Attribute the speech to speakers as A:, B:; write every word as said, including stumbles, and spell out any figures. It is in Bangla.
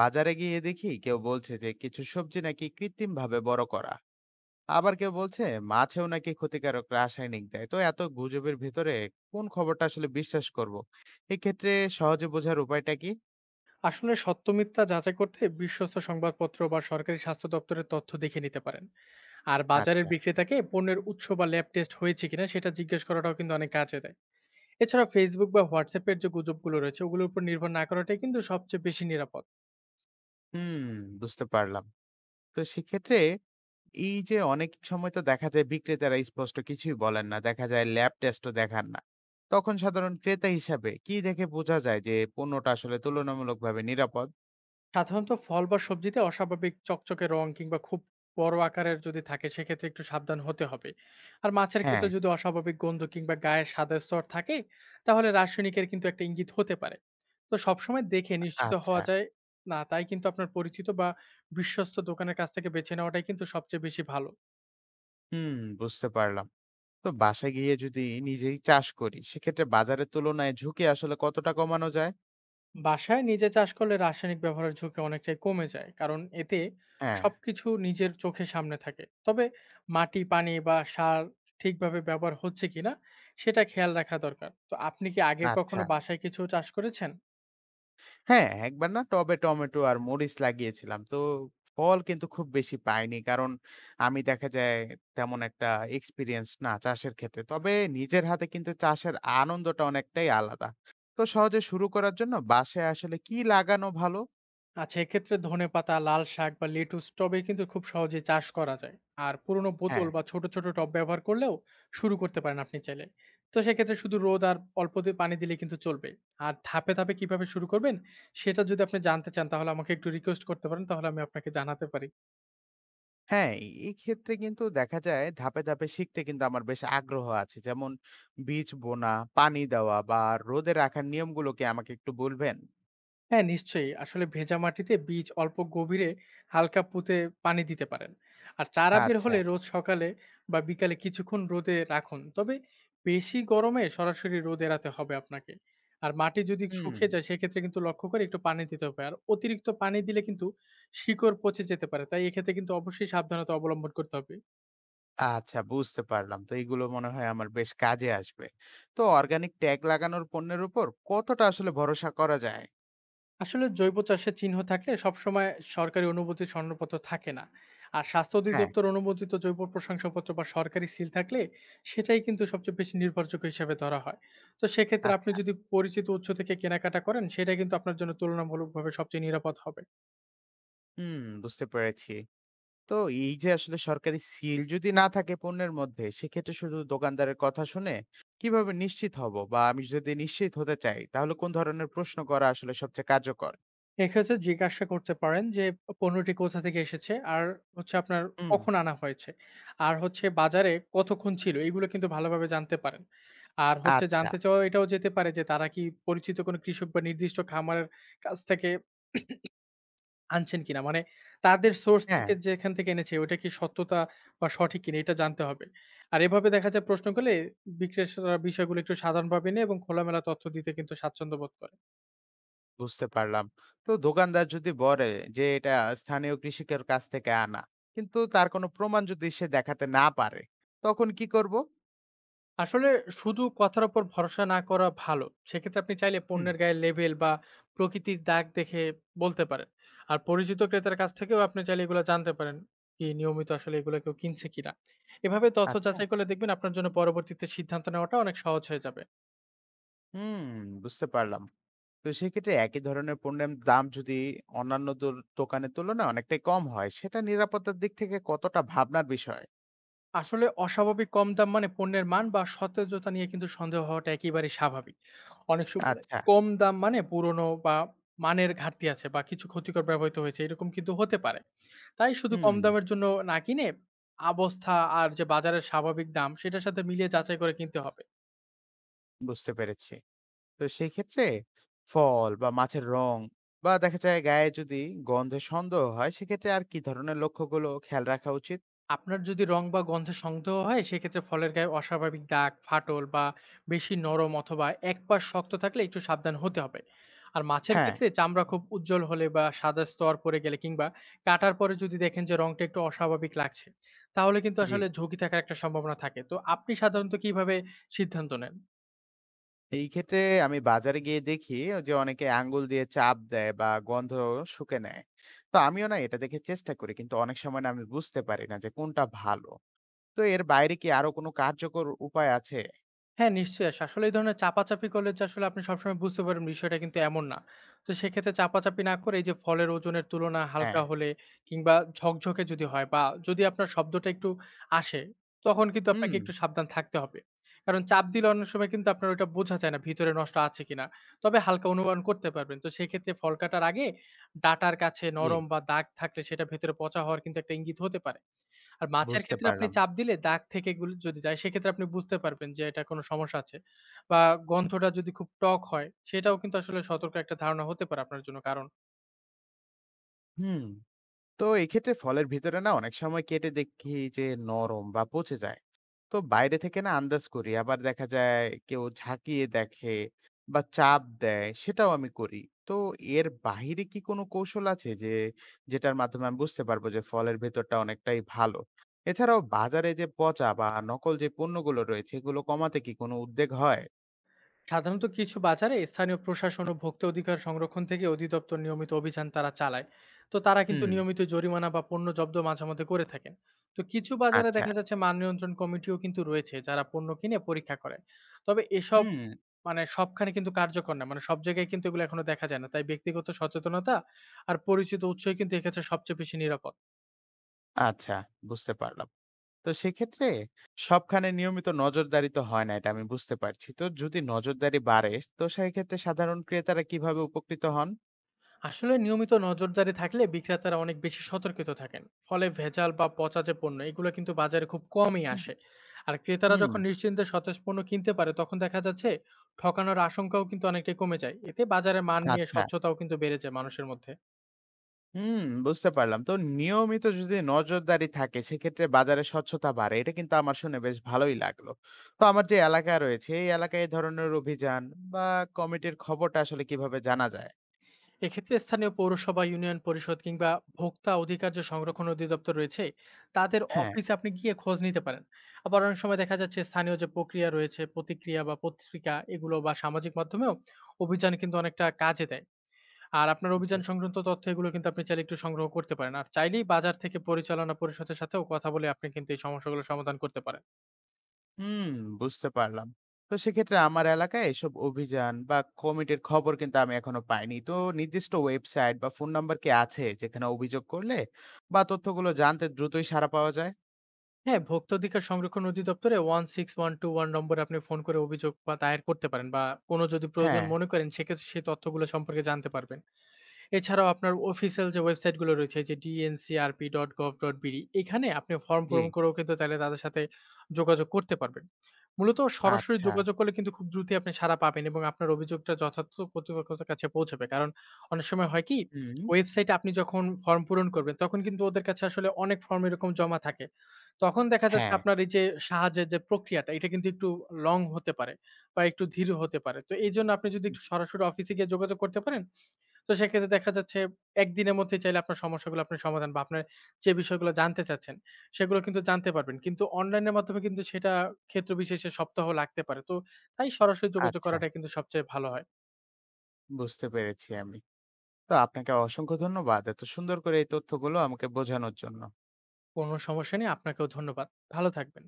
A: বাজারে গিয়ে দেখি কেউ বলছে যে কিছু সবজি নাকি কৃত্রিম ভাবে বড় করা, আবার কেউ বলছে মাছেও নাকি ক্ষতিকারক রাসায়নিক দেয়। তো এত গুজবের ভিতরে কোন খবরটা আসলে বিশ্বাস করব? এক্ষেত্রে সহজে বোঝার উপায়টা কি?
B: আসলে সত্য মিথ্যা যাচাই করতে বিশ্বস্ত সংবাদপত্র বা সরকারি স্বাস্থ্য দপ্তরের তথ্য দেখে নিতে পারেন। আর বাজারের
A: আচ্ছা।
B: বিক্রেতাকে পণ্যের উৎস বা ল্যাব টেস্ট হয়েছে কিনা সেটা জিজ্ঞেস করাটাও কিন্তু অনেক কাজে দেয়। এছাড়া ফেসবুক বা হোয়াটসঅ্যাপের যে গুজবগুলো রয়েছে ওগুলোর উপর নির্ভর না করাটাই কিন্তু সবচেয়ে বেশি নিরাপদ।
A: হুম, বুঝতে পারলাম। তো সেক্ষেত্রে এই যে অনেক সময় তো দেখা যায় বিক্রেতারা স্পষ্ট কিছুই বলেন না, দেখা যায় ল্যাব টেস্টও দেখান না। তখন সাধারণ ক্রেতা হিসাবে কি দেখে বোঝা যায় যে পণ্যটা আসলে তুলনামূলকভাবে নিরাপদ?
B: সাধারণত ফল বা সবজিতে অস্বাভাবিক চকচকে রং কিংবা খুব বড় আকারের যদি থাকে সেক্ষেত্রে একটু সাবধান হতে হবে। আর মাছের
A: হ্যাঁ।
B: ক্ষেত্রে যদি অস্বাভাবিক গন্ধ কিংবা গায়ে সাদা স্তর থাকে তাহলে রাসায়নিকের কিন্তু একটা ইঙ্গিত হতে পারে। তো সবসময় দেখে নিশ্চিত
A: আচ্ছা।
B: হওয়া যায় না, তাই কিন্তু আপনার পরিচিত বা বিশ্বস্ত দোকানের কাছ থেকে বেছে নেওয়াটাই কিন্তু সবচেয়ে বেশি ভালো।
A: হুম, বুঝতে পারলাম। তো বাসায় গিয়ে যদি নিজেই চাষ করি, সেক্ষেত্রে বাজারের তুলনায় ঝুঁকি আসলে কতটা কমানো যায়?
B: বাসায় নিজে চাষ করলে রাসায়নিক ব্যবহারের ঝুঁকি অনেকটাই কমে যায়, কারণ এতে
A: হ্যাঁ।
B: সবকিছু নিজের চোখের সামনে থাকে। তবে মাটি পানি বা সার ঠিকভাবে ব্যবহার হচ্ছে কিনা সেটা খেয়াল রাখা দরকার। তো আপনি কি আগে
A: আচ্ছা।
B: কখনো বাসায় কিছু চাষ করেছেন?
A: হ্যাঁ, একবার না টবে টমেটো আর মরিচ লাগিয়েছিলাম। তো ফল কিন্তু খুব বেশি পাইনি, কারণ আমি দেখা যায় তেমন একটা এক্সপিরিয়েন্স না চাষের ক্ষেত্রে। তবে নিজের হাতে কিন্তু চাষের আনন্দটা অনেকটাই আলাদা। তো সহজে শুরু করার জন্য বাসায় আসলে কি লাগানো ভালো?
B: আচ্ছা, এক্ষেত্রে ধনেপাতা, লাল শাক বা লেটুস টবে কিন্তু খুব সহজে চাষ করা যায়। আর পুরনো
A: হ্যাঁ।
B: বোতল বা ছোট, ছোট টব ব্যবহার করলেও শুরু করতে পারেন আপনি চাইলে। তো সেক্ষেত্রে শুধু রোদ আর অল্প দিয়ে পানি দিলে কিন্তু চলবে। আর ধাপে, ধাপে কিভাবে শুরু করবেন সেটা যদি আপনি জানতে চান তাহলে আমাকে একটু রিকোয়েস্ট করতে পারেন, তাহলে আমি আপনাকে জানাতে পারি।
A: হ্যাঁ, এই ক্ষেত্রে কিন্তু দেখা যায় ধাপে, ধাপে শিখতে কিন্তু আমার বেশ আগ্রহ আছে। যেমন বীজ বোনা, পানি দেওয়া বা রোদে রাখার নিয়মগুলো কি আমাকে একটু বলবেন?
B: হ্যাঁ, নিশ্চয়ই। আসলে ভেজা মাটিতে বীজ অল্প গভীরে হালকা পুঁতে পানি দিতে পারেন। আর চারা বের
A: আচ্ছা।
B: হলে রোজ সকালে বা বিকালে কিছুক্ষণ রোদে রাখুন। তবে বেশি গরমে সরাসরি রোদ এড়াতে হবে আপনাকে। আর মাটি যদি
A: হুম।
B: শুকিয়ে যায় সেক্ষেত্রে কিন্তু লক্ষ্য করে একটু পানি দিতে হবে। আর অতিরিক্ত পানি দিলে কিন্তু শিকড় পচে যেতে পারে। তাই এক্ষেত্রে কিন্তু অবশ্যই সাবধানতা অবলম্বন করতে হবে।
A: আচ্ছা, বুঝতে পারলাম। তো এগুলো মনে হয় আমার বেশ কাজে আসবে। তো অর্গানিক ট্যাগ লাগানোর পণ্যের উপর কতটা আসলে ভরসা করা যায়?
B: আসলে জৈব চাষের চিহ্ন থাকলে সবসময় সরকারি অনুমতির সনদপত্র থাকে না। আর স্বাস্থ্য
A: হ্যাঁ।
B: অধিদপ্তর অনুমোদিত জৈব প্রশংসাপত্র বা সরকারি সিল থাকলে সেটাই কিন্তু সবচেয়ে বেশি নির্ভরযোগ্য হিসাবে ধরা হয়। তো সেক্ষেত্রে আপনি
A: আচ্ছা।
B: যদি পরিচিত উৎস থেকে কেনাকাটা করেন সেটা কিন্তু আপনার জন্য তুলনামূলকভাবে সবচেয়ে নিরাপদ হবে।
A: হুম, বুঝতে পেরেছি। তো এই যে আসলে সরকারি সিল যদি না থাকে পণ্যের মধ্যে, সেক্ষেত্রে শুধু দোকানদারের কথা শুনে কিভাবে নিশ্চিত হব? বা আমি যদি নিশ্চিত হতে চাই তাহলে কোন ধরনের প্রশ্ন করা আসলে সবচেয়ে কার্যকর?
B: এক্ষেত্রে জিজ্ঞাসা করতে পারেন যে পণ্যটি কোথা থেকে এসেছে, আর হচ্ছে আপনার
A: হুম।
B: কখন আনা হয়েছে, আর হচ্ছে বাজারে কতক্ষণ ছিল, এগুলো কিন্তু ভালোভাবে জানতে পারেন। আর হচ্ছে
A: আচ্ছা।
B: জানতে চাওয়া এটাও যেতে পারে যে তারা কি পরিচিত কোনো কৃষক বা নির্দিষ্ট খামারের কাছ থেকে আনছেন কিনা, মানে তাদের সোর্স
A: হ্যাঁ,
B: থেকে যেখান থেকে এনেছে ওটা কি সত্যতা বা সঠিক কিনা এটা জানতে হবে। আর এভাবে দেখা যায় প্রশ্ন করলে বিক্রেতারা বিষয়গুলো একটু সাধারণভাবে নিয়ে এবং খোলামেলা তথ্য দিতে কিন্তু স্বাচ্ছন্দ্য বোধ করে।
A: বুঝতে পারলাম। তো দোকানদার যদি বলে যে এটা স্থানীয় কৃষকের কাছ থেকে আনা, কিন্তু তার কোনো প্রমাণ যদি সে দেখাতে না পারে, তখন কি করব?
B: আসলে শুধু কথার উপর ভরসা না করা ভালো। সেক্ষেত্রে আপনি চাইলে
A: হুম।
B: পণ্যের গায়ে লেবেল বা প্রকৃতির দাগ দেখে বলতে পারেন। আর পরিচিত ক্রেতার কাছ থেকেও আপনি চাইলে এগুলা জানতে পারেন। কি নিয়মিত আসলে এগুলা কেউ কিনছে কিনা। এভাবে তথ্য
A: আচ্ছা।
B: যাচাই করলে দেখবেন আপনার জন্য পরবর্তীতে সিদ্ধান্ত নেওয়াটা অনেক সহজ হয়ে যাবে।
A: হুম, বুঝতে পারলাম। তো সেক্ষেত্রে একই ধরনের পণ্যের দাম যদি অন্যান্য দোর দোকানের তুলনায় অনেকটাই কম হয়, সেটা নিরাপত্তার দিক থেকে কতটা ভাবনার বিষয়?
B: আসলে অস্বাভাবিক কম দাম মানে পণ্যের মান বা সতেজতা নিয়ে কিন্তু সন্দেহ হওয়াটা একেবারেই স্বাভাবিক। অনেক সময়
A: আচ্ছা।
B: কম দাম মানে পুরনো বা মানের ঘাটতি আছে বা কিছু ক্ষতিকর ব্যবহৃত হয়েছে এরকম কিন্তু হতে পারে। তাই শুধু কম
A: হুম,
B: দামের জন্য না কিনে অবস্থা আর যে বাজারের স্বাভাবিক দাম সেটার সাথে মিলিয়ে যাচাই করে কিনতে হবে।
A: বুঝতে পেরেছি। তো সেক্ষেত্রে ফল বা মাছের রং বা দেখা যায় গায়ে যদি গন্ধে সন্দেহ হয়, সেক্ষেত্রে আর কি ধরনের লক্ষ্যগুলো খেয়াল রাখা উচিত?
B: আপনার যদি রং বা গন্ধে সন্দেহ হয় সেক্ষেত্রে ফলের গায়ে অস্বাভাবিক দাগ, ফাটল বা বেশি নরম অথবা এক পাশ শক্ত থাকলে একটু সাবধান হতে হবে। আর মাছের
A: হ্যাঁ।
B: ক্ষেত্রে চামড়া খুব উজ্জ্বল হলে বা সাদা স্তর পড়ে গেলে কিংবা কাটার পরে যদি দেখেন যে রংটা একটু অস্বাভাবিক লাগছে তাহলে কিন্তু
A: জি।
B: আসলে ঝুঁকি থাকার একটা সম্ভাবনা থাকে। তো আপনি সাধারণত কিভাবে সিদ্ধান্ত নেন?
A: এই ক্ষেত্রে আমি বাজারে গিয়ে দেখি যে অনেকে আঙ্গুল দিয়ে চাপ দেয় বা গন্ধ শুঁকে নেয়। তো আমিও না এটা দেখে চেষ্টা করি, কিন্তু অনেক সময় না আমি বুঝতে পারি না যে কোনটা ভালো। তো এর বাইরে কি আরো কোনো কার্যকর উপায় আছে?
B: হ্যাঁ, নিশ্চয়ই। আস আসলে এই ধরনের চাপাচাপি করলে যে আসলে আপনি সবসময় বুঝতে পারবেন বিষয়টা কিন্তু এমন না। তো সেক্ষেত্রে চাপাচাপি না করে এই যে ফলের ওজনের তুলনা
A: হ্যাঁ।
B: হালকা হলে কিংবা ঝকঝকে যদি হয় বা যদি আপনার শব্দটা একটু আসে, তখন কিন্তু
A: হুম।
B: আপনাকে একটু সাবধান থাকতে হবে। কারণ চাপ দিলে অনেক সময় কিন্তু আপনার ওটা বোঝা যায় না ভিতরে নষ্ট আছে কিনা। তবে হালকা অনুমান করতে পারবেন। তো সেক্ষেত্রে ফল কাটার আগে ডাঁটার কাছে
A: জি।
B: নরম বা দাগ থাকলে সেটা ভেতরে পচা হওয়ার কিন্তু একটা ইঙ্গিত হতে পারে। আর মাছের
A: বুঝতে
B: ক্ষেত্রে আপনি
A: পারলাম।
B: চাপ দিলে দাগ থেকে গুলো যদি যায় সেক্ষেত্রে আপনি বুঝতে পারবেন যে এটা কোনো সমস্যা আছে। বা গন্ধটা যদি খুব টক হয় সেটাও কিন্তু আসলে সতর্ক একটা ধারণা হতে পারে আপনার জন্য। কারণ
A: হুম। তো এক্ষেত্রে ফলের ভিতরে না অনেক সময় কেটে দেখি যে নরম বা পচে যায়। তো বাইরে থেকে না আন্দাজ করি। আবার দেখা যায় কেউ ঝাঁকিয়ে দেখে বা চাপ দেয়, সেটাও আমি করি। তো এর বাইরে কি কোনো কৌশল আছে যে যেটার মাধ্যমে আমি বুঝতে পারবো যে ফলের ভেতরটা অনেকটাই ভালো? এছাড়াও বাজারে যে পচা বা নকল যে পণ্যগুলো রয়েছে, এগুলো কমাতে কি কোনো উদ্যোগ হয়?
B: সাধারণত কিছু বাজারে স্থানীয় প্রশাসন ও ভোক্তা অধিকার সংরক্ষণ থেকে অধিদপ্তর নিয়মিত অভিযান তারা চালায়। তো তারা কিন্তু
A: হুম।
B: নিয়মিত জরিমানা বা পণ্য জব্দ মাঝে মধ্যে করে থাকেন। তো কিছু বাজারে
A: আচ্ছা।
B: দেখা যাচ্ছে মান নিয়ন্ত্রণ কমিটিও কিন্তু রয়েছে যারা পণ্য কিনে পরীক্ষা করে। তবে এসব
A: হুম।
B: মানে সবখানে কিন্তু কার্যকর না, মানে সব জায়গায় কিন্তু এগুলো এখনো দেখা যায় না, তাই ব্যক্তিগত সচেতনতা আর পরিচিত উৎসই কিন্তু এক্ষেত্রে সবচেয়ে বেশি নিরাপদ।
A: আচ্ছা, বুঝতে পারলাম। তো সেক্ষেত্রে সবখানে নিয়মিত নজরদারি তো হয় না, এটা আমি বুঝতে পারছি। তো যদি নজরদারি বাড়ে, তো সেক্ষেত্রে সাধারণ ক্রেতারা কিভাবে উপকৃত হন?
B: আসলে নিয়মিত নজরদারি থাকলে বিক্রেতারা অনেক বেশি সতর্কিত থাকেন। ফলে ভেজাল বা পচা যে পণ্য এগুলো কিন্তু বাজারে খুব কমই আসে। আর ক্রেতারা
A: হুম,
B: যখন নিশ্চিন্তে সতেজ পণ্য কিনতে পারে তখন দেখা যাচ্ছে ঠকানোর আশঙ্কাও কিন্তু অনেকটাই কমে যায়। এতে বাজারে মান নিয়ে
A: আচ্ছা।
B: স্বচ্ছতাও কিন্তু বেড়ে যায় মানুষের মধ্যে।
A: হুম, বুঝতে পারলাম। তো নিয়মিত যদি নজরদারি থাকে সেক্ষেত্রে বাজারে স্বচ্ছতা বাড়ে। এটা কিন্তু আমার শুনে বেশ ভালোই লাগলো। তো আমার যে এলাকা রয়েছে এই এলাকায় এই ধরনের অভিযান বা কমিটির খবরটা আসলে কিভাবে জানা যায়?
B: এক্ষেত্রে স্থানীয় পৌরসভা, ইউনিয়ন পরিষদ কিংবা ভোক্তা অধিকার যে সংরক্ষণ অধিদপ্তর রয়েছে, তাদের
A: হ্যাঁ।
B: অফিসে আপনি গিয়ে খোঁজ নিতে পারেন। আবার অনেক সময় দেখা যাচ্ছে স্থানীয় যে প্রক্রিয়া রয়েছে, প্রতিক্রিয়া বা পত্রিকা এগুলো বা সামাজিক মাধ্যমেও অভিযান কিন্তু অনেকটা কাজে দেয়। আর আপনার
A: জি।
B: অভিযান সংক্রান্ত তথ্য এগুলো কিন্তু আপনি চাইলে একটু সংগ্রহ করতে পারেন। আর চাইলেই বাজার থেকে পরিচালনা পরিষদের সাথেও কথা বলে আপনি কিন্তু এই সমস্যাগুলো সমাধান করতে পারেন।
A: হুম, বুঝতে পারলাম। তো সেক্ষেত্রে আমার এলাকায় এসব অভিযান বা কমিটির খবর কিন্তু আমি এখনো পাইনি। তো নির্দিষ্ট ওয়েবসাইট বা ফোন নাম্বার কি আছে যেখানে অভিযোগ করলে বা তথ্যগুলো জানতে দ্রুতই সাড়া পাওয়া যায়?
B: হ্যাঁ, ভোক্তাধিকার সংরক্ষণ অধিদপ্তরে এক ছয় এক দুই এক নম্বরে আপনি ফোন করে অভিযোগ বা দায়ের করতে পারেন, বা কোনো যদি প্রয়োজন
A: হ্যাঁ।
B: মনে করেন সেক্ষেত্রে সেই তথ্যগুলো সম্পর্কে জানতে পারবেন। এছাড়াও আপনার অফিসিয়াল যে ওয়েবসাইট গুলো রয়েছে যে D N C R P dot gov dot BD, এখানে আপনি ফর্ম
A: জি।
B: পূরণ করেও কিন্তু তাইলে তাদের সাথে যোগাযোগ করতে পারবেন। মূলত সরাসরি
A: আচ্ছা।
B: যোগাযোগ করলে কিন্তু খুব দ্রুতই আপনি সাড়া পাবেন এবং আপনার অভিযোগটা যথার্থ কর্তৃপক্ষের কাছে পৌঁছাবে। কারণ অনেক সময় হয় কি
A: হুম।
B: ওয়েবসাইটে আপনি যখন ফর্ম পূরণ করবেন তখন কিন্তু ওদের কাছে আসলে অনেক ফর্ম এরকম জমা থাকে। তখন দেখা যাচ্ছে
A: হ্যাঁ।
B: আপনার এই যে সাহায্যের যে প্রক্রিয়াটা এটা কিন্তু একটু লং হতে পারে বা একটু ধীর হতে পারে। তো এইজন্য আপনি যদি একটু সরাসরি অফিসে গিয়ে যোগাযোগ করতে পারেন, তো সেক্ষেত্রে দেখা যাচ্ছে একদিনের মধ্যে চাইলে আপনার সমস্যাগুলো, আপনার সমাধান বা আপনার যে বিষয়গুলো জানতে চাচ্ছেন সেগুলো কিন্তু জানতে পারবেন। কিন্তু অনলাইনের মাধ্যমে কিন্তু সেটা ক্ষেত্র বিশেষে সপ্তাহ লাগতে পারে। তো তাই সরাসরি যোগাযোগ
A: আচ্ছা,
B: করাটা কিন্তু সবচেয়ে ভালো হয়।
A: বুঝতে পেরেছি আমি। তো আপনাকে অসংখ্য ধন্যবাদ এত সুন্দর করে এই তথ্যগুলো আমাকে বোঝানোর জন্য।
B: কোনো সমস্যা নেই। আপনাকেও ধন্যবাদ। ভালো থাকবেন।